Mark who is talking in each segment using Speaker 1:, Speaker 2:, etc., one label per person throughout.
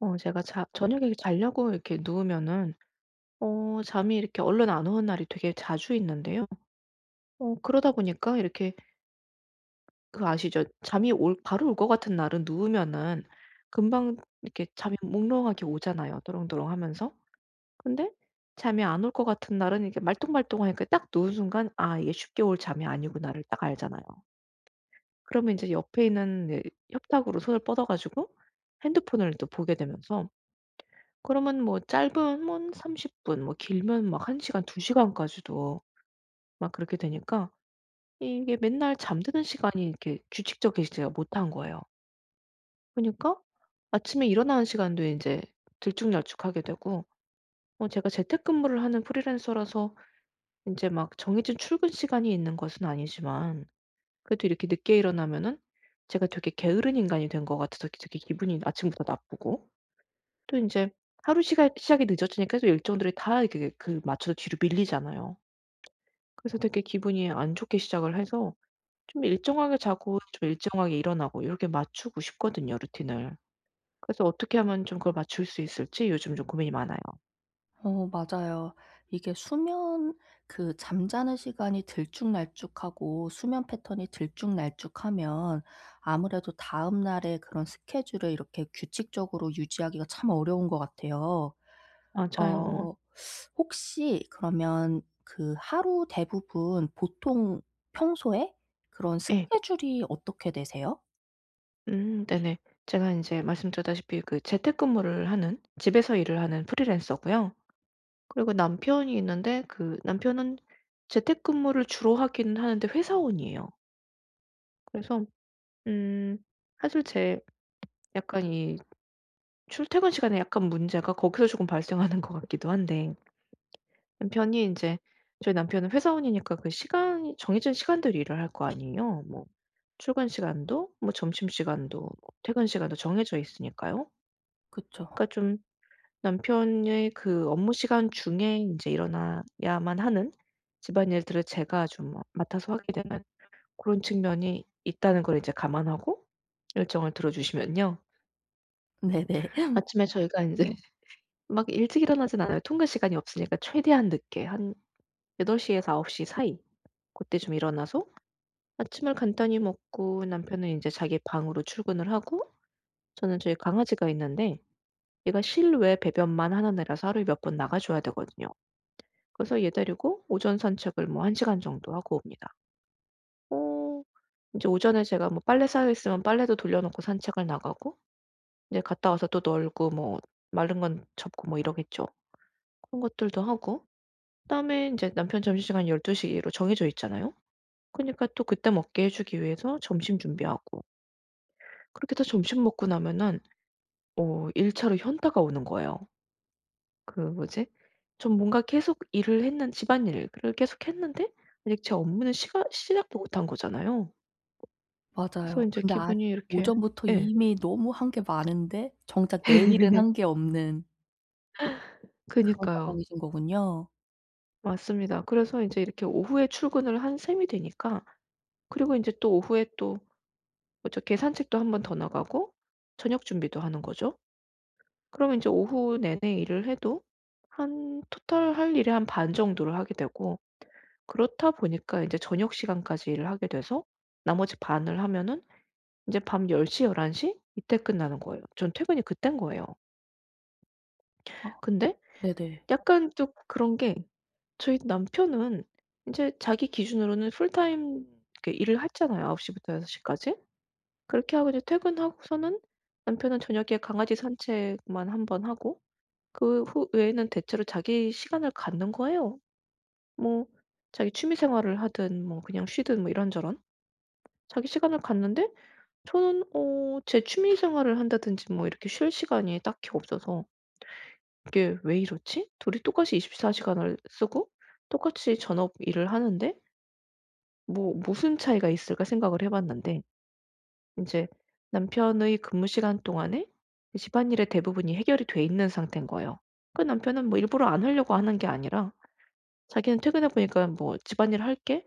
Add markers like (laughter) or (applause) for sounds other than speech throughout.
Speaker 1: 제가 자 저녁에 자려고 이렇게 누우면은 잠이 이렇게 얼른 안 오는 날이 되게 자주 있는데요. 그러다 보니까 이렇게, 그 아시죠? 잠이 올 바로 올 것 같은 날은 누우면은 금방 이렇게 잠이 몽롱하게 오잖아요, 또롱또롱하면서. 근데 잠이 안 올 것 같은 날은 이렇게 말똥말똥하니까 딱 누운 순간, '아, 이게 쉽게 올 잠이 아니구나.'를 딱 알잖아요. 그러면 이제 옆에 있는, 이제 협탁으로 손을 뻗어 가지고 핸드폰을 또 보게 되면서, 그러면 뭐 짧으면 30분, 뭐 길면 막 1 시간, 2 시간까지도 막 그렇게 되니까, 이게 맨날 잠드는 시간이 이렇게 규칙적이 제가 못한 거예요. 그러니까 아침에 일어나는 시간도 인제 들쭉날쭉하게 되고, 뭐 제가 재택근무를 하는 프리랜서라서 인제 막 정해진 출근 시간이 있는 것은 아니지만, 그래도 이렇게 늦게 일어나면은 제가 되게 게으른 인간이 된 것 같아서 되게 기분이 아침부터 나쁘고, 또 인제 하루 시가 시작이 늦어지니까 또 일정들이 다 이렇게 그 맞춰서 뒤로 밀리잖아요. 그래서 되게 기분이 안 좋게 시작을 해서, 좀 일정하게 자고 좀 일정하게 일어나고 요렇게 맞추고 싶거든요, 루틴을. 그래서 어떻게 하면 좀 그걸 맞출 수 있을지 요즘 좀 고민이 많아요.
Speaker 2: 어 맞아요. 이게 수면 그 잠자는 시간이 들쭉날쭉하고 수면 패턴이 들쭉날쭉하면 아무래도 다음 날의 그런 스케줄을 이렇게 규칙적으로 유지하기가 참 어려운 것 같아요.
Speaker 1: 맞아요.
Speaker 2: 어 혹시 그러면 그 하루 대부분 보통 평소에 그런
Speaker 1: 예.
Speaker 2: 스케줄이 어떻게 되세요?
Speaker 1: 음, 네네. 제가 인제 말씀드렸다시피 그 재택근무를 하는, 집에서 일을 하는 프리랜서고요. 그리고 남편이 있는데, 그 남편은 재택근무를 주로 하기는 하는데 회사원이에요. 그래서, 음. 사실 제 약간 이 출퇴근 시간에 약간 문제가 거기서 조금 발생하는 것 같기도 한데, 남편이 이제, 저희 남편은 회사원이니까 그 시간, 정해진 시간대로 일을 할 거 아니에요. 뭐 출근 시간도, 뭐 점심시간도, 뭐 퇴근 시간도 정해져 있으니까요.
Speaker 2: 그쵸.
Speaker 1: 그러니까 좀, 남편의 그 업무 시간 중에 이제 일어나야만 하는 집안일들을 제가 좀 맡아서 하게 되는 그런 측면이 있다는 걸 이제 감안하고 일정을 들어 주시면요.
Speaker 2: (laughs) 네네.
Speaker 1: 아침에 저희가 인제 막 일찍 일어나진 않아요. 통근 시간이 없으니까 최대한 늦게, 한8덟시 에서 9홉시 사이, 고때 좀 일어나서 아침을 간단히 먹고, 남편은 인제 자기 방으로 출근을 하고, 저는 저희 강아지가 있는데 얘가 실외 배변만 하는 애라서 하루에 몇 번 나가 줘야 되거든요. 그래서 얘 데리고 오전 산책을 뭐 한 시간 정도 하고 옵니다. 어 인제 오전에 제가 뭐 빨래 쌓여 있으면 빨래도 돌려 놓고 산책을 나가고, 인제 갔다 와서 또 널고, 뭐 마른 건 접고, 뭐 이러겠죠. 그런 것들도 하고, 그다음에 인제 남편 점심시간이 12 시로 정해져 있잖아요. 그니까 또 그때 먹게 해 주기 위해서 점심 준비하고, 그렇게 해서 점심 먹고 나면은 1 차로 현타가 오는 거예요. 그 뭐지? 전 뭔가 계속 일을 했는, 집안일을 계속 했는데 아직 제 업무는 시가 시작도 못한 거잖아요. 그래서
Speaker 2: 맞아요.
Speaker 1: 인제
Speaker 2: 근데 아
Speaker 1: 기분이 이렇게,
Speaker 2: 오전부터
Speaker 1: 예.
Speaker 2: 이미 너무 한 게 많은데 정작 내일은 한 게
Speaker 1: (laughs)
Speaker 2: 없는 그런
Speaker 1: 그니까요.
Speaker 2: 상황이신 거군요.
Speaker 1: 맞습니다. 그래서 인제 이렇게 오후에 출근을 한 셈이 되니까, 그리고 인제 또 오후에 또 뭐 저 계산책도 한번 더 나가고 저녁 준비도 하는 거죠. 그러면 이제 오후 내내 일을 해도 한 토탈 할 일의 한 반 정도를 하게 되고, 그렇다 보니까 이제 저녁 시간까지 일을 하게 돼서 나머지 반을 하면은 이제밤 1 0열한1 1 이때 끝나는 거예요. 전 퇴근이 그땐 거예요.
Speaker 2: 아
Speaker 1: 근데
Speaker 2: 네네.
Speaker 1: 약간 또 그런 게, 저희 남편은 이제 자기 기준으로는 풀타임 이렇게 일을 했잖아요, 9홉시 부터 6섯시 까지. 그렇게 하고 이제 퇴근하고서는 남편은 저녁에 강아지 산책만 한번 하고 그 후 외에는 대체로 자기 시간을 갖는 거예요. 뭐 자기 취미 생활을 하든, 뭐 그냥 쉬든, 뭐 이런저런 자기 시간을 갖는데, 저는 어 제 취미 생활을 한다든지 뭐 이렇게 쉴 시간이 딱히 없어서, '이게 왜 이렇지? 둘이 똑같이 24 시간을 쓰고 똑같이 전업 일을 하는데 뭐 무슨 차이가 있을까?' 생각을 해 봤는데, 인제 남편의 근무 시간 동안에 이 집안일의 대부분이 해결이 돼 있는 상태인 거예요. 그 남편은 뭐 일부러 안 하려고 하는 게 아니라, 자기는 퇴근해 보니까 뭐 집안일 할 게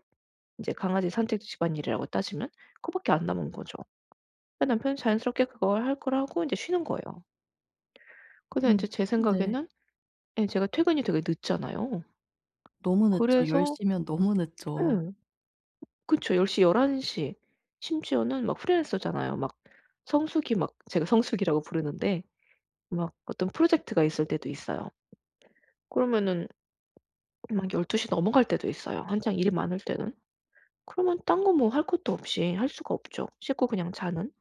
Speaker 1: 이제 강아지 산책, 집안일이라고 따지면 그거밖에 안 남은 거죠. 그러니까 남편은 자연스럽게 그걸 할 걸 하고 인제 쉬는 거예요. 그래서 인제
Speaker 2: 음
Speaker 1: 제
Speaker 2: 네.
Speaker 1: 생각에는, 예 제가 퇴근이 되게 늦잖아요.
Speaker 2: 너무 늦죠. 1 0
Speaker 1: 그래서,
Speaker 2: 0면 너무 늦죠.
Speaker 1: 예. 그쵸. 1 0시0 1 1 심지어는 막 프리랜서잖아요. 막 성수기, 막 제가 성수기라고 부르는데 막 어떤 프로젝트가 있을 때도 있어요. 그러면은 막 1 2시 넘어갈 때도 있어요, 한창 일이 많을 때는. 그러면 딴 거 뭐 할 것도 없이 할 수가 없죠. 씻고 그냥 자는,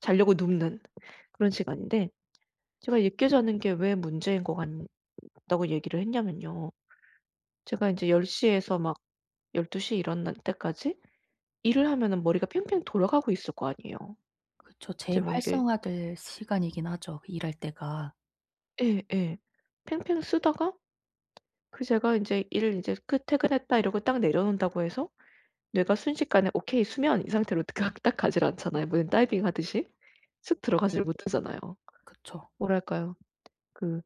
Speaker 1: 자려고 눕는 그런 시간인데, 제가 늦게 자는 게 왜 문제인 것 같다고 얘기를 했냐면요. 제가 인제 1 0 에서 막 1 2시 일어날 때까지 일을 하면은 머리가 팽팽 돌아가고 있을 거 아니에요.
Speaker 2: 그쵸.
Speaker 1: 이제
Speaker 2: 제일
Speaker 1: 뭐 이게,
Speaker 2: 활성화될 시간이긴 하죠, 그 일할 때가.
Speaker 1: 예, 예. 팽팽 쓰다가 그 제가 인제 '일, 인제 끝, 퇴근했다.' 이러고 딱 내려놓는다고 해서 뇌가 순식간에 '오케이, 수면.' 이 상태로 (laughs) 딱딱 가질 않잖아요. 문 다이빙 하듯이 쓱 들어가질 못하잖아요.
Speaker 2: 그쵸.
Speaker 1: 뭐랄까요? 그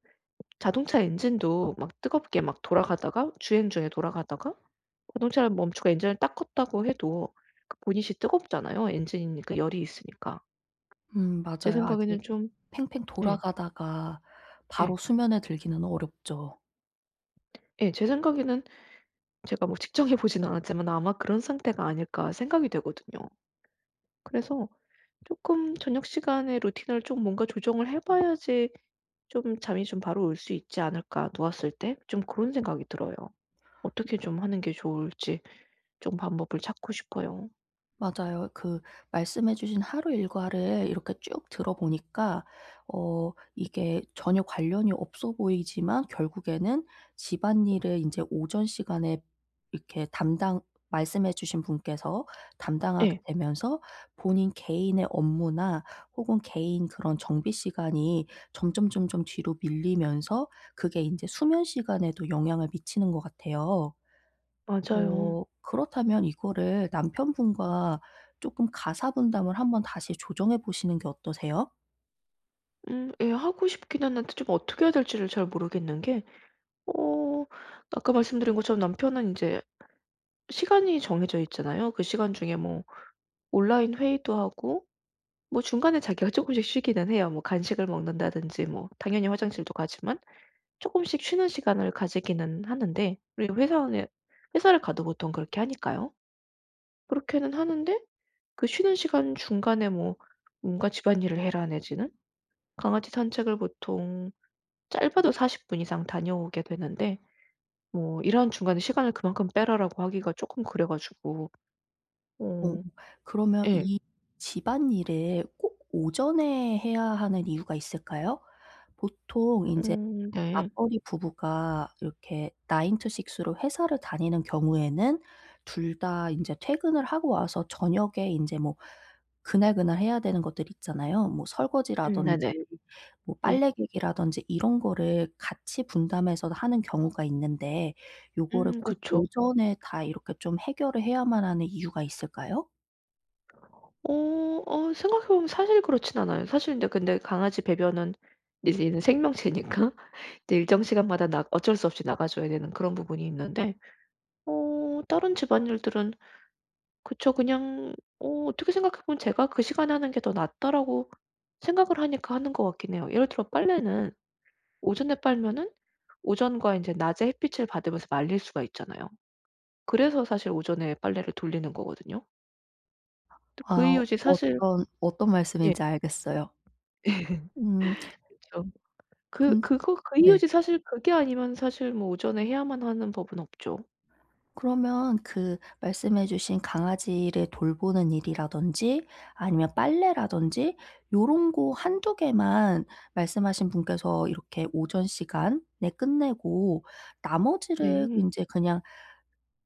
Speaker 1: 자동차 엔진도 막 뜨겁게 막 돌아가다가, 주행 중에 돌아가다가 자동차를 멈추고 엔진을 딱 껐다고 해도 그 본닛이 뜨겁잖아요. 엔진이니까 열이 있으니까. 제
Speaker 2: 맞아요.
Speaker 1: 생각에는
Speaker 2: 아직
Speaker 1: 좀,
Speaker 2: 팽팽
Speaker 1: 예.
Speaker 2: 돌아가다가
Speaker 1: 예.
Speaker 2: 바로 수면에 들기는 어렵죠.
Speaker 1: 예. 제 생각에는 제가 뭐 측정해 보지는 (laughs) 않았지만 아마 그런 상태가 아닐까 생각이 되거든요. 그래서 쪼끔 저녁 시간에 루틴을 좀 뭔가 조정을 해 봐야지 좀 잠이 좀 바로 올 수 있지 않을까, 누웠을 때 좀 고런 생각이 들어요. 어떻게 좀 하는 게 좋을지, 좀 방법을 찾고 싶어요.
Speaker 2: 맞아요. 그 말씀해 주신 하루 일과를 이렇게 쭉 들어보니까 어 이게 전혀 관련이 없어 보이지만 결국에는 집안일을 인제 오전 시간에 이렇게 담당 말씀해 주신 분께서 담당하게
Speaker 1: 예.
Speaker 2: 되면서 본인 개인의 업무나 혹은 개인 그런 정비 시간이 점점점점 뒤로 밀리면서 그게 인제 수면 시간에도 영향을 미치는 것 같아요.
Speaker 1: 맞아요.
Speaker 2: 어 그렇다면 이거를 남편분과 조금 가사 분담을 한번 다시 조정해 보시는 게 어떠세요?
Speaker 1: 음, 예 하고 싶기는 한데 좀 어떻게 해야 될지를 잘 모르겠는 게, 어 아까 말씀드린 것처럼 남편은 이제 시간이 정해져 있잖아요. 그 시간 중에 뭐 온라인 회의도 하고, 뭐 중간에 자기가 (laughs) 조금씩 쉬기는 해요. 뭐 간식을 먹는다든지, 뭐 당연히 화장실도 가지만 조금씩 쉬는 시간을 가지기는 하는데, 우리 회사원에, 회사를 가도 보통 그렇게 하니까요. 그렇게는 하는데 그 쉬는 시간 중간에 뭐 뭔가 집안일을 해라 내지는 강아지 산책을 보통 짧아도 40분 이상 다녀오게 되는데 뭐 일하는 중간에 시간을 그만큼 빼라라고 하기가 쪼끔 그래 가지고,
Speaker 2: 어
Speaker 1: 어
Speaker 2: 그러면
Speaker 1: 예.
Speaker 2: 이 집안일을 꼭 오전에 해야 하는 이유가 있을까요? 보통 인제
Speaker 1: 음, 네.
Speaker 2: 맞벌이 부부가 이렇게 나인 to 스로 회사를 다니는 경우에는 둘 다 인제 퇴근을 하고 와서 저녁에 인제 뭐 그날그날 해야 되는 것들 있잖아요. 뭐
Speaker 1: 음, 네네.
Speaker 2: 설거지라든지 뭐
Speaker 1: 네.
Speaker 2: 빨래 개기라든지 이런 거를 같이 분담해서 하는 경우가 있는데 요거를
Speaker 1: 음,
Speaker 2: 꼭
Speaker 1: 그쵸.
Speaker 2: 오전에 다 이렇게 좀 해결을 해야만 하는 이유가 있을까요?
Speaker 1: 생각해 보면 사실 그렇진 않아요. 사실 인제, 근데 강아지 배변은 이제는 생명체니까 (laughs) 이제 일정 시간마다 나 어쩔 수 없이 나가 줘야 되는 그런 부분이 있는데, 어 다른 집안일들은 그쵸. 그냥 어떻게 생각해 보면 제가 그 시간에 하는 게 더 낫다라고 생각을 하니까 하는 것 같긴 해요. 예를 들어 빨래는 오전에 빨면은 오전과 인제 낮에 햇빛을 받으면서 말릴 수가 있잖아요. 그래서 사실 오전에 빨래를 돌리는 거거든요. 근데 그
Speaker 2: 아
Speaker 1: 이유지 사실.
Speaker 2: 어떤
Speaker 1: 예.
Speaker 2: 말씀인지 알겠어요. 음
Speaker 1: 그쵸. 그
Speaker 2: 근
Speaker 1: 그거, 그
Speaker 2: 네.
Speaker 1: 이유지 사실, 그게 아니면 사실 뭐 오전에 해야만 하는 법은 없죠.
Speaker 2: 그러면 그 말씀해 주신 강아지를 돌보는 일이라든지 아니면 빨래라든지 요런 거 한두 개만 말씀하신 분께서 이렇게 오전 시간에 끝내고 나머지를
Speaker 1: 네.
Speaker 2: 인제 그냥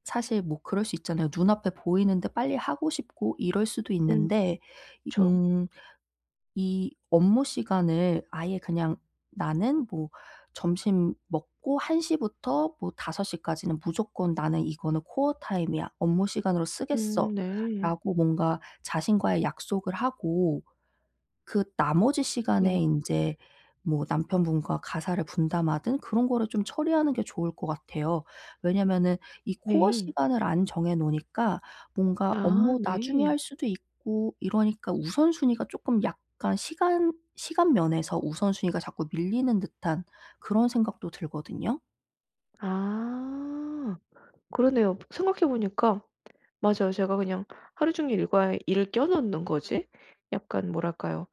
Speaker 2: 사실 뭐 그럴 수 있잖아요. 눈앞에 보이는데 빨리 하고 싶고 이럴 수도
Speaker 1: 음,
Speaker 2: 있는데 이
Speaker 1: 그쵸.
Speaker 2: 이 업무 시간을 아예 그냥 나는 뭐 점심 먹고 1 시부터 뭐 5 시까지는 무조건 '나는 이거는 코어 타임이야. 업무 시간으로
Speaker 1: 음, 네.
Speaker 2: 쓰겠어.'라고 뭔가 자신과의 약속을 하고 그 나머지 시간에
Speaker 1: 네.
Speaker 2: 인제 뭐 남편분과 가사를 분담하든 그런 거를 좀 처리하는 게 좋을 것 같아요. 왜냐면은 이 코어
Speaker 1: 네.
Speaker 2: 시간을 안 정해 놓으니까 뭔가
Speaker 1: 아,
Speaker 2: 업무 나중에
Speaker 1: 네.
Speaker 2: 할 수도 있고 이러니까 우선순위가 쪼끔 약간 시간 면에서 우선순위가 자꾸 밀리는 듯한 그런 생각도 들거든요.
Speaker 1: 아. 그러네요. 생각해 보니까, 맞아요. 제가 그냥 하루 종일 일과 일을 끼워 넣는 거지, 약간 뭐랄까요.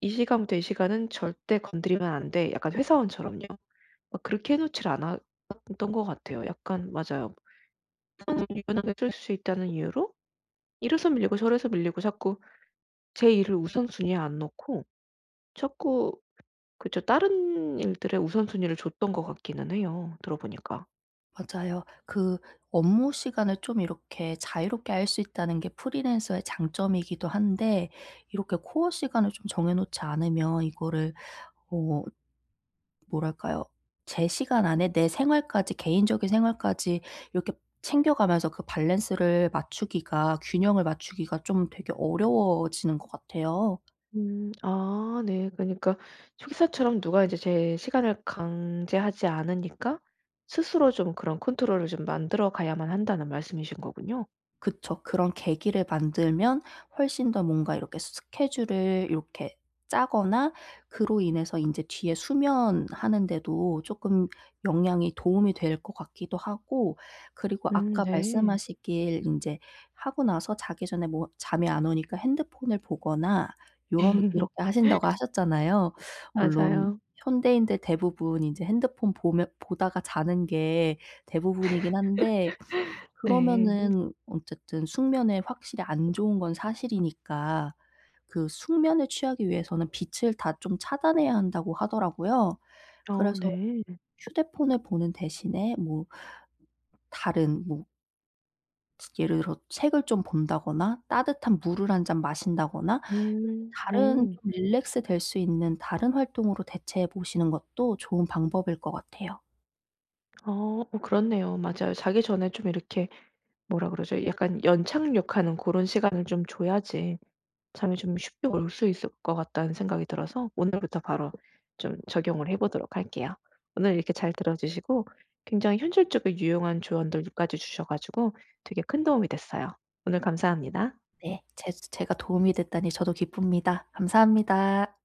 Speaker 1: '이 시간부터 이 시간은 절대 건드리면 안 돼.' 약간 회사원처럼요. 막 그렇게 해 놓질 않았던 것 같아요. 약간, 맞아요. 시간을 유연하게 쓸 수 있다는 이유로 이래서 밀리고, 저래서 밀리고 자꾸 제 일을 우선순위에 안 놓고 자꾸, 그쵸, 다른 일들의 우선순위를 줬던 것 같기는 해요, 들어 보니까.
Speaker 2: 맞아요. 그 업무 시간을 좀 이렇게 자유롭게 할 수 있다는 게 프리랜서의 장점이기도 한데 이렇게 코어 시간을 좀 정해 놓지 않으면 이거를 어 뭐랄까요? 제 시간 안에 내 생활까지 개인적인 생활까지 이렇게 챙겨가면서 그 밸런스를 맞추기가 균형을 맞추기가 좀 되게 어려워지는 것 같아요.
Speaker 1: 음. 아, 네. 그러니까 초기사처럼 누가 이제 제 시간을 강제하지 않으니까 스스로 좀 그런 컨트롤을 좀 만들어 가야만 한다는 말씀이신 거군요.
Speaker 2: 그쵸. 그런 계기를 만들면 훨씬 더 뭔가 이렇게 스케줄을 이렇게 짜거나 그로 인해서 인제 뒤에 수면하는 데도 쪼끔 영향이 도움이 될 것 같기도 하고 그리고
Speaker 1: 음,
Speaker 2: 아까
Speaker 1: 네.
Speaker 2: 말씀하시길 인제 하고 나서 자기 전에 뭐 잠이 안 오니까 핸드폰을 보거나 요런 이렇게
Speaker 1: (laughs)
Speaker 2: 하신다고 하셨잖아요. 물론
Speaker 1: 맞아요.
Speaker 2: 현대인들 대부분 인제 핸드폰 보며 보다가 자는 게 대부분이긴 한데
Speaker 1: 네.
Speaker 2: 그러면은 어쨌든 숙면에 확실히 안 좋은 건 사실이니까 그 숙면을 취하기 위해서는 빛을 다 좀 차단해야 한다고 하더라고요.
Speaker 1: 어,
Speaker 2: 그래서
Speaker 1: 네.
Speaker 2: 휴대폰을 보는 대신에 뭐 다른 뭐 예를 들어 책을 좀 본다거나 따뜻한 물을 한 잔 마신다거나 이렇게
Speaker 1: 음,
Speaker 2: 다른
Speaker 1: 네.
Speaker 2: 좀 릴렉스 될 수 있는 다른 활동으로 대체해 보시는 것도 좋은 방법일 것 같아요.
Speaker 1: 그렇네요. 맞아요. 자기 전에 좀 이렇게, 뭐라 그러죠? 약간 연착륙하는 그런 시간을 좀 줘야지 잠이 좀 쉽게 올 수 있을 것 같다는 생각이 들어서 오늘부터 바로 좀 적용을 해 보도록 할게요. 오늘 이렇게 잘 들어 주시고 굉장히 현실적으로 유용한 조언들까지 주셔 가지고 되게 큰 도움이 됐어요. 오늘 감사합니다.
Speaker 2: 네. 제 제가 도움이 됐다니 저도 기쁩니다. 감사합니다.